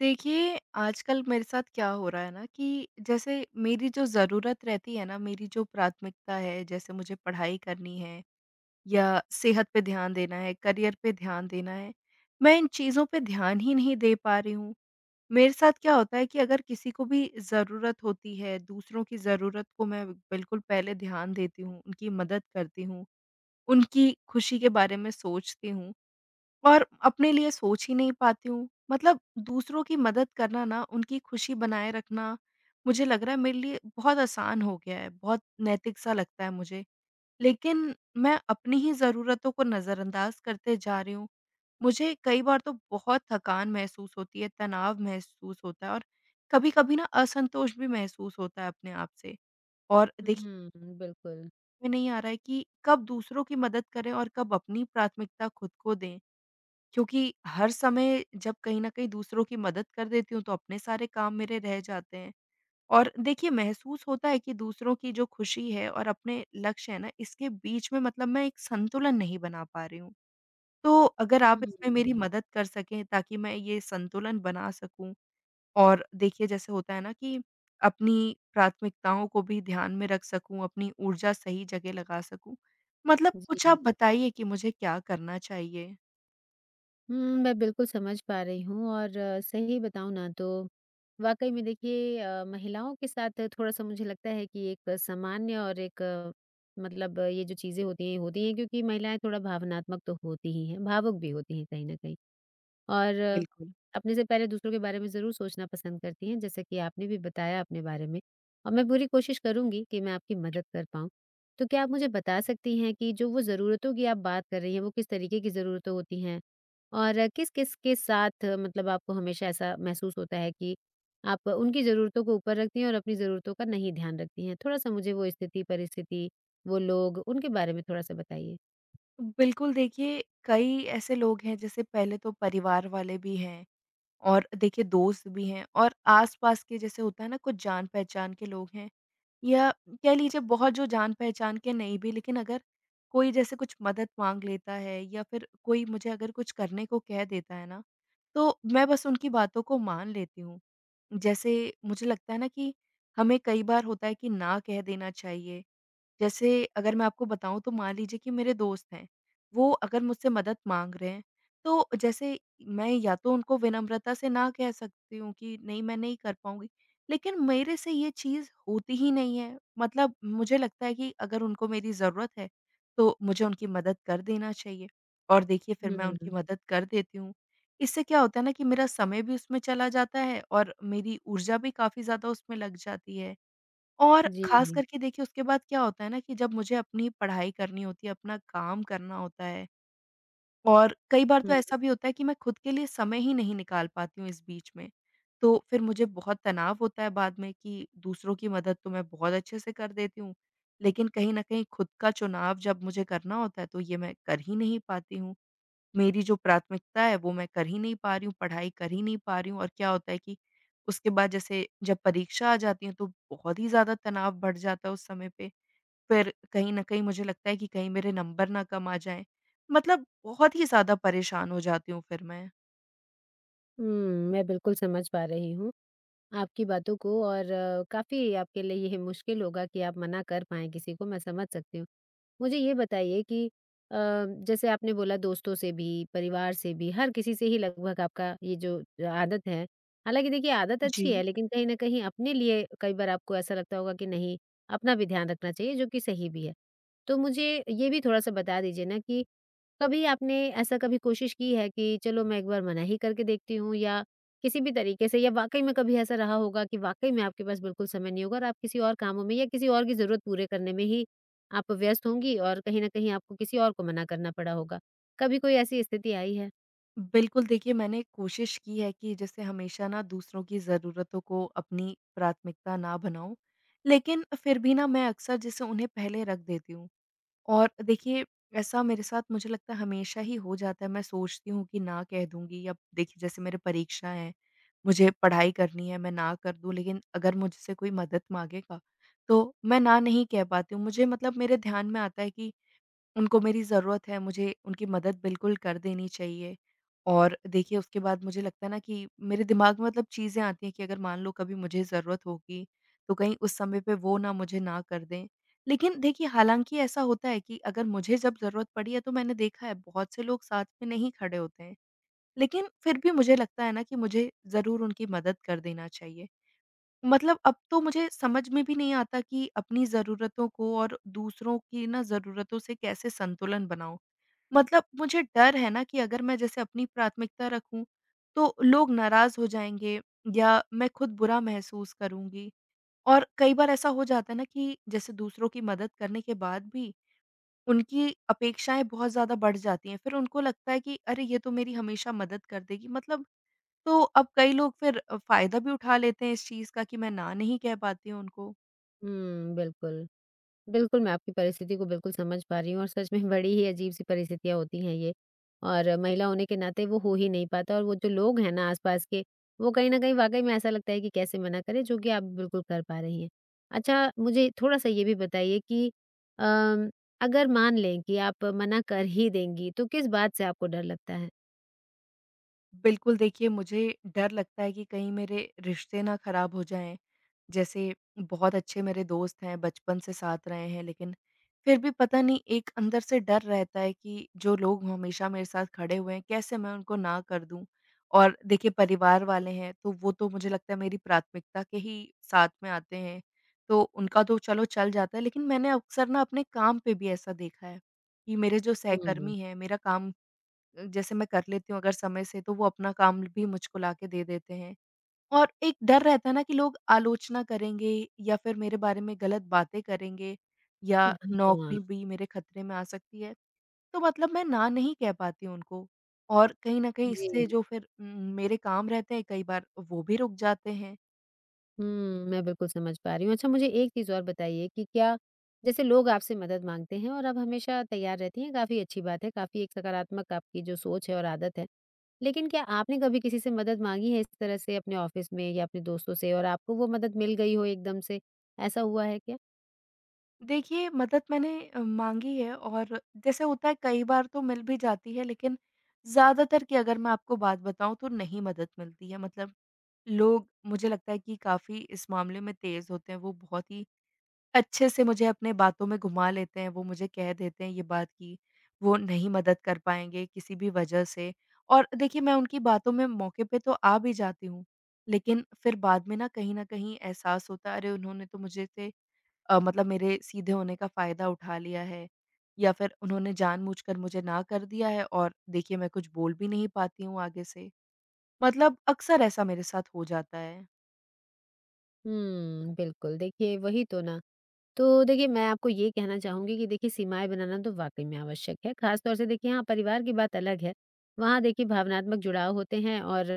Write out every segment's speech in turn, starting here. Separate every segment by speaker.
Speaker 1: देखिए, आजकल मेरे साथ क्या हो रहा है ना कि जैसे मेरी जो ज़रूरत रहती है ना, मेरी जो प्राथमिकता है, जैसे मुझे पढ़ाई करनी है या सेहत पे ध्यान देना है, करियर पे ध्यान देना है, मैं इन चीज़ों पे ध्यान ही नहीं दे पा रही हूँ। मेरे साथ क्या होता है कि अगर किसी को भी ज़रूरत होती है, दूसरों की ज़रूरत को मैं बिल्कुल पहले ध्यान देती हूँ, उनकी मदद करती हूँ, उनकी खुशी के बारे में सोचती हूँ। और अपने लिए सोच ही नहीं पाती हूँ। मतलब दूसरों की मदद करना ना, उनकी खुशी बनाए रखना, मुझे लग रहा है मेरे लिए बहुत आसान हो गया है, बहुत नैतिक सा लगता है मुझे। लेकिन मैं अपनी ही ज़रूरतों को नज़रअंदाज़ करते जा रही हूँ। मुझे कई बार तो बहुत थकान महसूस होती है, तनाव महसूस होता है और कभी-कभी ना असंतोष भी महसूस होता है अपने आप से। और देखिए,
Speaker 2: हुँ, बिल्कुल।
Speaker 1: समझ में नहीं आ रहा है कि कब दूसरों की मदद करें और कब अपनी प्राथमिकता खुद को दें। क्योंकि हर समय जब कहीं न कहीं दूसरों की मदद कर देती हूँ, तो अपने सारे काम मेरे रह जाते हैं। और देखिए, महसूस होता है कि दूसरों की जो खुशी है और अपने लक्ष्य है ना, इसके बीच में मतलब मैं एक संतुलन नहीं बना पा रही हूँ। तो अगर आप इसमें
Speaker 2: हुँ,
Speaker 1: मेरी मदद कर सकें ताकि मैं ये संतुलन बना सकूँ और देखिए, जैसे होता है ना कि अपनी प्राथमिकताओं को भी ध्यान में रख सकूँ, अपनी ऊर्जा सही जगह लगा सकूँ। मतलब कुछ
Speaker 2: जी।
Speaker 1: आप बताइए कि मुझे क्या करना चाहिए?
Speaker 2: हुँ, मैं बिल्कुल समझ पा रही हूँ और सही बताऊँ ना तो वाक़ई में देखिए महिलाओं के साथ थोड़ा-सा मुझे लगता है कि एक सामान्य और एक अ, मतलब अ, ये जो चीज़ें होती हैं क्योंकि महिलाएँ थोड़ा भावनात्मक तो होती ही हैं, भावुक भी होती हैं कहीं न कहीं। और
Speaker 1: बिल्कुल।
Speaker 2: अपने से पहले दूसरों के बारे में ज़रूर सोचना पसंद करती हैं, जैसा कि आपने भी बताया अपने बारे में। और मैं पूरी कोशिश करूँगी कि मैं आपकी मदद कर पाऊँ। तो क्या आप मुझे बता सकती हैं कि जो वो ज़रूरतों की आप बात कर रही हैं, वो किस तरीके की ज़रूरतें होती हैं? और किस-किस के साथ मतलब आपको हमेशा ऐसा महसूस होता है कि आप उनकी ज़रूरतों को ऊपर रखती हैं और अपनी ज़रूरतों का नहीं ध्यान रखती हैं? थोड़ा-सा मुझे वो स्थिति, परिस्थिति, वो लोग, उनके बारे में थोड़ा-सा बताइए।
Speaker 1: बिल्कुल, देखिए कई ऐसे लोग हैं जैसे पहले तो परिवार वाले भी हैं और देखिए दोस्त भी हैं और आस-पास के जैसे होता है ना कुछ जान-पहचान के लोग हैं या कह लीजिए बहुत जो जान-पहचान के नहीं भी लेकिन अगर कोई जैसे कुछ मदद माँग लेता है या फिर कोई मुझे अगर कुछ करने को कह देता है ना, तो मैं बस उनकी बातों को मान लेती हूँ। जैसे मुझे लगता है ना कि हमें कई बार होता है कि ना कह देना चाहिए जैसे अगर मैं आपको बताऊँ तो मान लीजिए कि मेरे दोस्त हैं, वो अगर मुझसे मदद माँग रहे हैं, तो जैसे मैं या तो उनको विनम्रता से ना कह सकती हूँ कि नहीं मैं नहीं कर पाऊँगी, लेकिन मेरे से ये चीज़ होती ही नहीं है। मतलब मुझे लगता है कि अगर उनको मेरी ज़रूरत है, तो मुझे उनकी मदद कर देना चाहिए और देखिए फिर मैं
Speaker 2: हुँ,
Speaker 1: उनकी मदद कर देती हूँ। इससे क्या होता है ना कि मेरा समय भी उसमें चला जाता है और मेरी ऊर्जा भी काफ़ी ज़्यादा उसमें लग जाती है। और ख़ास
Speaker 2: जी।
Speaker 1: करके देखिए उसके बाद क्या होता है ना कि जब मुझे अपनी पढ़ाई करनी होती है, अपना काम करना होता है और कई बार तो
Speaker 2: हुँ।
Speaker 1: ऐसा भी होता है कि मैं खुद के लिए समय ही नहीं निकाल पाती हूँ इस बीच में। तो फिर मुझे बहुत तनाव होता है बाद में कि दूसरों की मदद तो मैं बहुत अच्छे से कर देती हूँ, लेकिन कहीं न कहीं खुद का चुनाव जब मुझे करना होता है तो ये मैं कर ही नहीं पाती हूँ। मेरी जो प्राथमिकता है वो मैं कर ही नहीं पा रही हूँ, पढ़ाई कर ही नहीं पा रही हूँ और क्या होता है कि उसके बाद जैसे जब परीक्षा आ जाती है तो बहुत ही ज़्यादा तनाव बढ़ जाता है उस समय पे। फिर कहीं न कहीं मुझे लगता है कि कहीं मेरे नंबर ना कम आ जाएँ। मतलब बहुत ही ज़्यादा परेशान हो जाती हूँ फिर मैं।
Speaker 2: हुँ, मैं बिल्कुल समझ पा रही हूँ आपकी बातों को। और काफ़ी आपके लिए ये मुश्किल होगा कि आप मना कर पाएँ किसी को, मैं समझ सकती हूँ। मुझे ये बताइए कि अ, जैसे आपने बोला दोस्तों से भी, परिवार से भी, हर किसी से ही लगभग आपका ये जो आदत है, हालाँकि देखिए आदत
Speaker 1: जी।
Speaker 2: अच्छी है लेकिन कहीं न कहीं अपने लिए कई बार आपको ऐसा लगता होगा कि नहीं, अपना भी ध्यान रखना चाहिए जो कि सही भी है। तो मुझे ये भी थोड़ा-सा बता दीजिए ना कि कभी आपने ऐसा कभी कोशिश की है कि चलो मैं एक बार मना ही करके देखती हूँ, या किसी भी तरीके से, या वाक़ई में कभी ऐसा रहा होगा कि वाक़ई में आपके पास बिल्कुल समय नहीं होगा और आप किसी और कामों में या किसी और की ज़रूरत पूरे करने में ही आप व्यस्त होंगी और कहीं न कहीं आपको किसी और को मना करना पड़ा होगा। कभी कोई ऐसी स्थिति आई है?
Speaker 1: बिल्कुल देखिए मैंने कोशिश की है कि जैसे हमेशा ना दूसरों की ज़रूरतों को अपनी प्राथमिकता ना बनाऊँ। लेकिन फिर भी ना मैं अक्सर जैसे उन्हें पहले रख देती हूँ। और देखिए ऐसा मेरे साथ मुझे लगता है हमेशा ही हो जाता है, मैं सोचती हूँ कि ना कह दूँगी या देखिए जैसे मेरे परीक्षा है, मुझे पढ़ाई करनी है, मैं ना कर दूँ लेकिन अगर मुझसे कोई मदद माँगेगा, तो मैं ना नहीं कह पाती हूँ। मुझे मतलब मेरे ध्यान में आता है कि उनको मेरी ज़रूरत है, मुझे उनकी मदद बिल्कुल कर देनी चाहिए। और देखिए उसके बाद मुझे लगता है ना कि मेरे दिमाग में मतलब चीज़ें आती हैं कि अगर मान लो कभी मुझे ज़रूरत होगी, तो कहीं उस समय पे वो ना मुझे ना कर दें। लेकिन देखिए हालाँकि ऐसा होता है कि अगर मुझे जब ज़रूरत पड़ी है तो मैंने देखा है बहुत से लोग साथ में नहीं खड़े होते हैं। लेकिन फिर भी मुझे लगता है ना कि मुझे ज़रूर उनकी मदद कर देना चाहिए। मतलब अब तो मुझे समझ में भी नहीं आता कि अपनी ज़रूरतों को और दूसरों की ना ज़रूरतों से कैसे संतुलन बनाऊँ। मतलब मुझे डर है ना कि अगर मैं जैसे अपनी प्राथमिकता रखूँ, तो लोग नाराज़ हो जाएँगे या मैं खुद बुरा महसूस करूँगी। और कई बार ऐसा हो जाता है ना कि जैसे दूसरों की मदद करने के बाद भी उनकी अपेक्षाएँ बहुत ज़्यादा बढ़ जाती हैं। फिर उनको लगता है कि अरे! ये तो मेरी हमेशा मदद कर देगी। मतलब तो अब कई लोग फिर फ़ायदा भी उठा लेते हैं इस चीज़ का कि मैं ना नहीं कह पाती हूँ उनको।
Speaker 2: हुँ, बिल्कुल। बिल्कुल, मैं आपकी परिस्थिति को बिल्कुल समझ पा रही हूँ और सच में बड़ी ही अजीब-सी परिस्थितियाँ होती हैं ये। और महिला होने के नाते वो हो ही नहीं पाता, और वो जो लोग हैं ना आस-पास के, वो कहीं न कहीं वाक़ई में ऐसा लगता है कि कैसे मना करें, जो कि आप बिल्कुल कर पा रही हैं। अच्छा, मुझे थोड़ा-सा ये भी बताइए कि अम, अगर मान लें कि आप मना कर ही देंगी, तो किस बात से आपको डर लगता है?
Speaker 1: बिल्कुल, देखिए मुझे डर लगता है कि कहीं मेरे रिश्ते ना खराब हो जाएँ। जैसे बहुत अच्छे मेरे दोस्त हैं, बचपन से साथ रहे हैं, लेकिन फिर भी पता नहीं एक अंदर से डर रहता है कि जो लोग हमेशा मेरे साथ खड़े हुए हैं, कैसे मैं उनको ना कर दूँ? और देखिए परिवार वाले हैं, तो वो तो मुझे लगता है मेरी प्राथमिकता के ही साथ में आते हैं, तो उनका तो चलो चल जाता है। लेकिन मैंने अक्सर ना अपने काम पे भी ऐसा देखा है कि मेरे जो
Speaker 2: हुँ।
Speaker 1: सहकर्मी हैं, मेरा काम जैसे मैं कर लेती हूँ अगर समय से तो वो अपना काम भी मुझको लाके दे देते हैं। और एक डर रहता है ना कि लोग आलोचना करेंगे या फिर मेरे बारे में गलत बातें करेंगे या
Speaker 2: हाँ।
Speaker 1: नौकरी भी मेरे खतरे में आ सकती है। तो मतलब मैं ना नहीं कह पाती उनको और कहीं न कहीं इससे
Speaker 2: जी।
Speaker 1: जो फिर मेरे काम रहते हैं कई बार वो भी रुक जाते हैं।
Speaker 2: हुँ, मैं बिल्कुल समझ पा रही हूँ। अच्छा मुझे एक चीज़ और बताइए कि क्या जैसे लोग आपसे मदद माँगते हैं और आप हमेशा तैयार रहती हैं, काफ़ी अच्छी बात है, काफ़ी एक सकारात्मक आपकी जो सोच है और आदत है। लेकिन क्या आपने कभी किसी से मदद माँगी है इस तरह से अपने ऑफ़िस में या अपने दोस्तों से और आपको वो मदद मिल गई हो एकदम से, ऐसा हुआ है क्या?
Speaker 1: देखिए मदद मैंने माँगी है और जैसे होता है कई बार तो मिल भी जाती है लेकिन ज़्यादातर की अगर मैं आपको बात बताऊँ तो नहीं मदद मिलती है मतलब लोग मुझे लगता है कि काफ़ी इस मामले में तेज़ होते हैं, वो बहुत ही अच्छे से मुझे अपने बातों में घुमा लेते हैं, वो मुझे कह देते हैं ये बात कि वो नहीं मदद कर पाएँगे किसी भी वजह से। और देखिए मैं उनकी बातों में मौके पे तो आ भी जाती हूँ, लेकिन फिर बाद में ना कहीं न कहीं एहसास होता है अरे! उन्होंने तो मुझे से मतलब मेरे सीधे होने का फ़ायदा उठा लिया है या फिर उन्होंने जानबूझकर मुझे ना कर दिया है और देखिए मैं कुछ बोल भी नहीं पाती हूँ आगे से। मतलब अक्सर ऐसा मेरे साथ हो जाता है।
Speaker 2: हुँ, बिल्कुल। देखिए वही तो ना, तो देखिए, मैं आपको ये कहना चाहूँगी कि देखिए सीमाएँ बनाना तो वाक़ई में आवश्यक है, ख़ास तौर से देखिए हाँ, परिवार की बात अलग है। वहाँ देखिए भावनात्मक जुड़ाव होते हैं और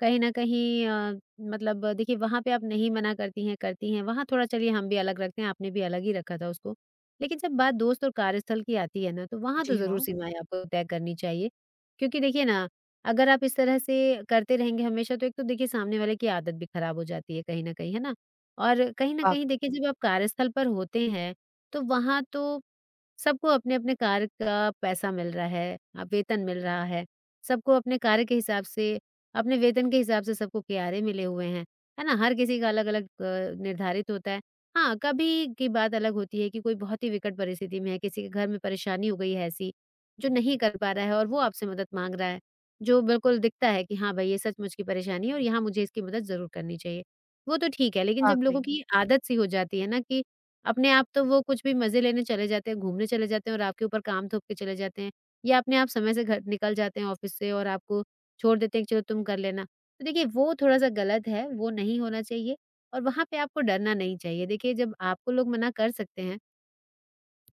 Speaker 2: कहीं न कहीं मतलब देखिए वहाँ पे आप नहीं मना करती हैं, वहाँ थोड़ा चलिए हम भी अलग रखते हैं, आपने भी अलग ही रखा था उसको। लेकिन जब बात दोस्त और कार्यस्थल की आती है ना, तो वहाँ तो
Speaker 1: जी
Speaker 2: ज़रूर
Speaker 1: हाँ,
Speaker 2: सीमाएँ आपको तय करनी चाहिए। क्योंकि देखिए ना, अगर आप इस तरह से करते रहेंगे हमेशा तो एक तो देखिए सामने वाले की आदत भी ख़राब हो जाती है कहीं न कहीं, है ना? और कहीं न कहीं
Speaker 1: वाक़ई,
Speaker 2: देखिए जब आप कार्यस्थल पर होते हैं, तो वहाँ तो सबको अपने-अपने कार्य का पैसा मिल रहा है, वेतन मिल रहा है। सबको अपने कार्य के हिसाब से, अपने वेतन के हिसाब से सबको किराये मिले हुए हैं, है ना? हर किसी का अलग-अलग निर्धारित होता है। हाँ, कभी की बात अलग होती है कि कोई बहुत ही विकट परिस्थिति में है, किसी के घर में परेशानी हो गई है ऐसी, जो नहीं कर पा रहा है और वो आपसे मदद माँग रहा है, जो बिल्कुल दिखता है कि हाँ भाई, ये सचमुच की परेशानी है और यहाँ मुझे इसकी मदद ज़रूर करनी चाहिए। वो तो ठीक है, लेकिन जब
Speaker 1: वाक़ई,
Speaker 2: लोगों की आदत सी हो जाती है ना कि अपने आप तो वो कुछ भी मज़े लेने चले जाते हैं, घूमने चले जाते हैं और आपके ऊपर काम थोप के चले जाते हैं या अपने आप समय से घर निकल जाते हैं ऑफ़िस से और आपको छोड़ देते हैं कि चलो तुम कर लेना। तो देखिए वो थोड़ा-सा गलत है, वो नहीं होना चाहिए और वहाँ पे आपको डरना नहीं चाहिए। देखिए जब आपको लोग मना कर सकते हैं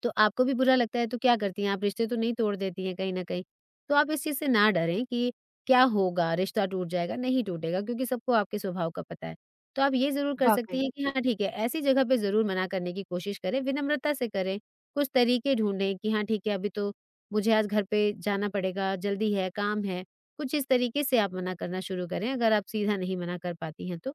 Speaker 2: तो आपको भी बुरा लगता है तो क्या करती हैं आप? रिश्ते तो नहीं तोड़ देती हैं कहीं न कहीं। तो आप इस चीज़ से ना डरें कि क्या होगा, रिश्ता टूट जाएगा, नहीं टूटेगा क्योंकि सबको आपके स्वभाव का पता है। तो आप ये ज़रूर कर
Speaker 1: वाक़ई,
Speaker 2: सकती हैं कि हाँ, ठीक है, ऐसी जगह पे ज़रूर मना करने की कोशिश करें, विनम्रता से करें, कुछ तरीके ढूँढें कि हाँ, ठीक है, अभी तो मुझे आज घर पे जाना पड़ेगा, जल्दी है, काम है। कुछ इस तरीके से आप मना करना शुरू करें अगर आप सीधा नहीं मना कर पाती हैं तो।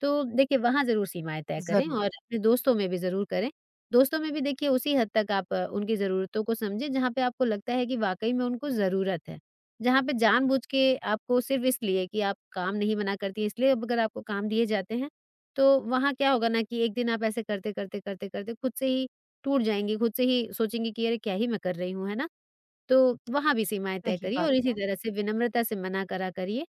Speaker 2: तो देखिए, वहाँ ज़रूर सीमाएँ तय करें
Speaker 1: ज़रूर,
Speaker 2: और अपने दोस्तों में भी ज़रूर करें। दोस्तों में भी देखिए उसी हद तक आप उनकी ज़रूरतों को समझें जहाँ पे आपको लगता है कि वाक़ई में उनको ज़रूरत है। जहाँ पे जानबूझ के आपको सिर्फ़ इसलिए कि आप काम नहीं मना करती हैं इसलिए अब अगर आपको काम दिए जाते हैं, तो वहाँ क्या होगा ना कि एक दिन आप ऐसे करते-करते, करते-करते खुद से ही टूट जाएँगी, खुद से ही सोचेंगी कि अरे! क्या ही मैं कर रही हूँ, है ना? तो वहाँ भी सीमाएँ तय
Speaker 1: सही
Speaker 2: करिए
Speaker 1: बात
Speaker 2: और इसी
Speaker 1: है,
Speaker 2: तरह से विनम्रता से मना करा करिए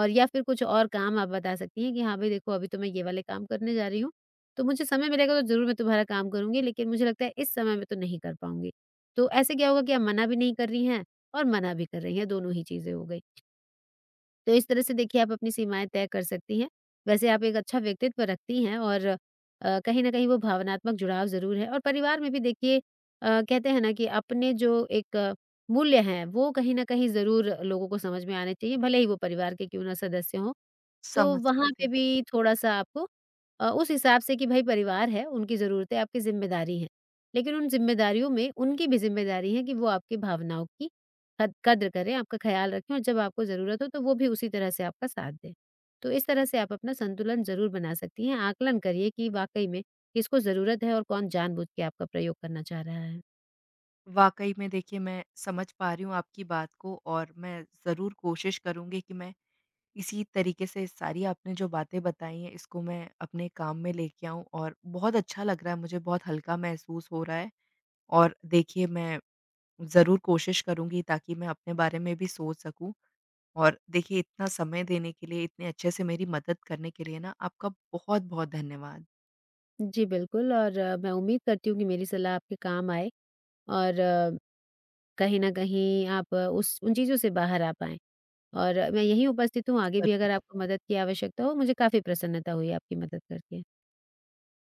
Speaker 2: और या फिर कुछ और काम आप बता सकती हैं कि हाँ, भई देखो अभी तो मैं ये वाले काम करने जा रही हूँ, तो मुझे समय मिलेगा तो ज़रूर मैं तुम्हारा काम करूँगी लेकिन मुझे लगता है इस समय में तो नहीं कर पाऊँगी। तो ऐसे क्या होगा कि आप मना भी नहीं कर रही हैं और मना भी कर रही हैं, दोनों ही चीज़ें हो गई। तो इस तरह से देखिए आप अपनी सीमाएँ तय कर सकती हैं। वैसे आप एक अच्छा व्यक्तित्व रखती हैं और कहीं न कहीं वो भावनात्मक जुड़ाव ज़रूर है और परिवार में भी देखिए कहते हैं ना कि अपने जो एक मूल्य हैं, वो कहीं न कहीं ज़रूर लोगों को समझ में आने चाहिए, भले ही वो परिवार के क्यों ना सदस्य हों। तो
Speaker 1: समझ
Speaker 2: वहाँ
Speaker 1: सकती
Speaker 2: पे
Speaker 1: हूँ।
Speaker 2: भी थोड़ा-सा आपको उस हिसाब से कि भई परिवार है, उनकी ज़रूरतें, आपकी ज़िम्मेदारी हैं। लेकिन उन ज़िम्मेदारियों में उनकी भी ज़िम्मेदारी है कि वो आपकी भावनाओं की कद कद्र करें, आपका ख़्याल रखें और जब आपको ज़रूरत हो तो वो भी उसी तरह से आपका साथ दें। तो इस तरह से आप अपना संतुलन ज़रूर बना सकती हैं, आकलन करिए कि वाक़ई में किसको ज़रूरत है और कौन जानबूझ के आपका प्रयोग करना चाह रहा है।
Speaker 1: वाक़ई में देखिए मैं समझ पा रही हूँ आपकी बात को और मैं ज़रूर कोशिश करूँगी कि मैं इसी तरीके से सारी आपने जो बातें बताई हैं इसको मैं अपने काम में लेके आऊँ और बहुत अच्छा लग रहा है मुझे, बहुत हल्का महसूस हो रहा है और देखिए मैं ज़रूर कोशिश करूँगी ताकि मैं अपने बारे में भी सोच सकूँ और देखिए इतना समय देने के लिए, इतने अच्छे से मेरी मदद करने के लिए ना आपका बहुत-बहुत धन्यवाद।
Speaker 2: जी बिल्कुल। और मैं उम्मीद करती हूँ कि मेरी सलाह आपके काम आए और कहीं न कहीं आप उस उन चीज़ों से बाहर आ पाएँ। और मैं यहीं उपस्थित हूँ, आगे भी अगर
Speaker 1: ज़रूर।
Speaker 2: आपको मदद की आवश्यकता हो, मुझे काफ़ी प्रसन्नता हुई आपकी मदद करके।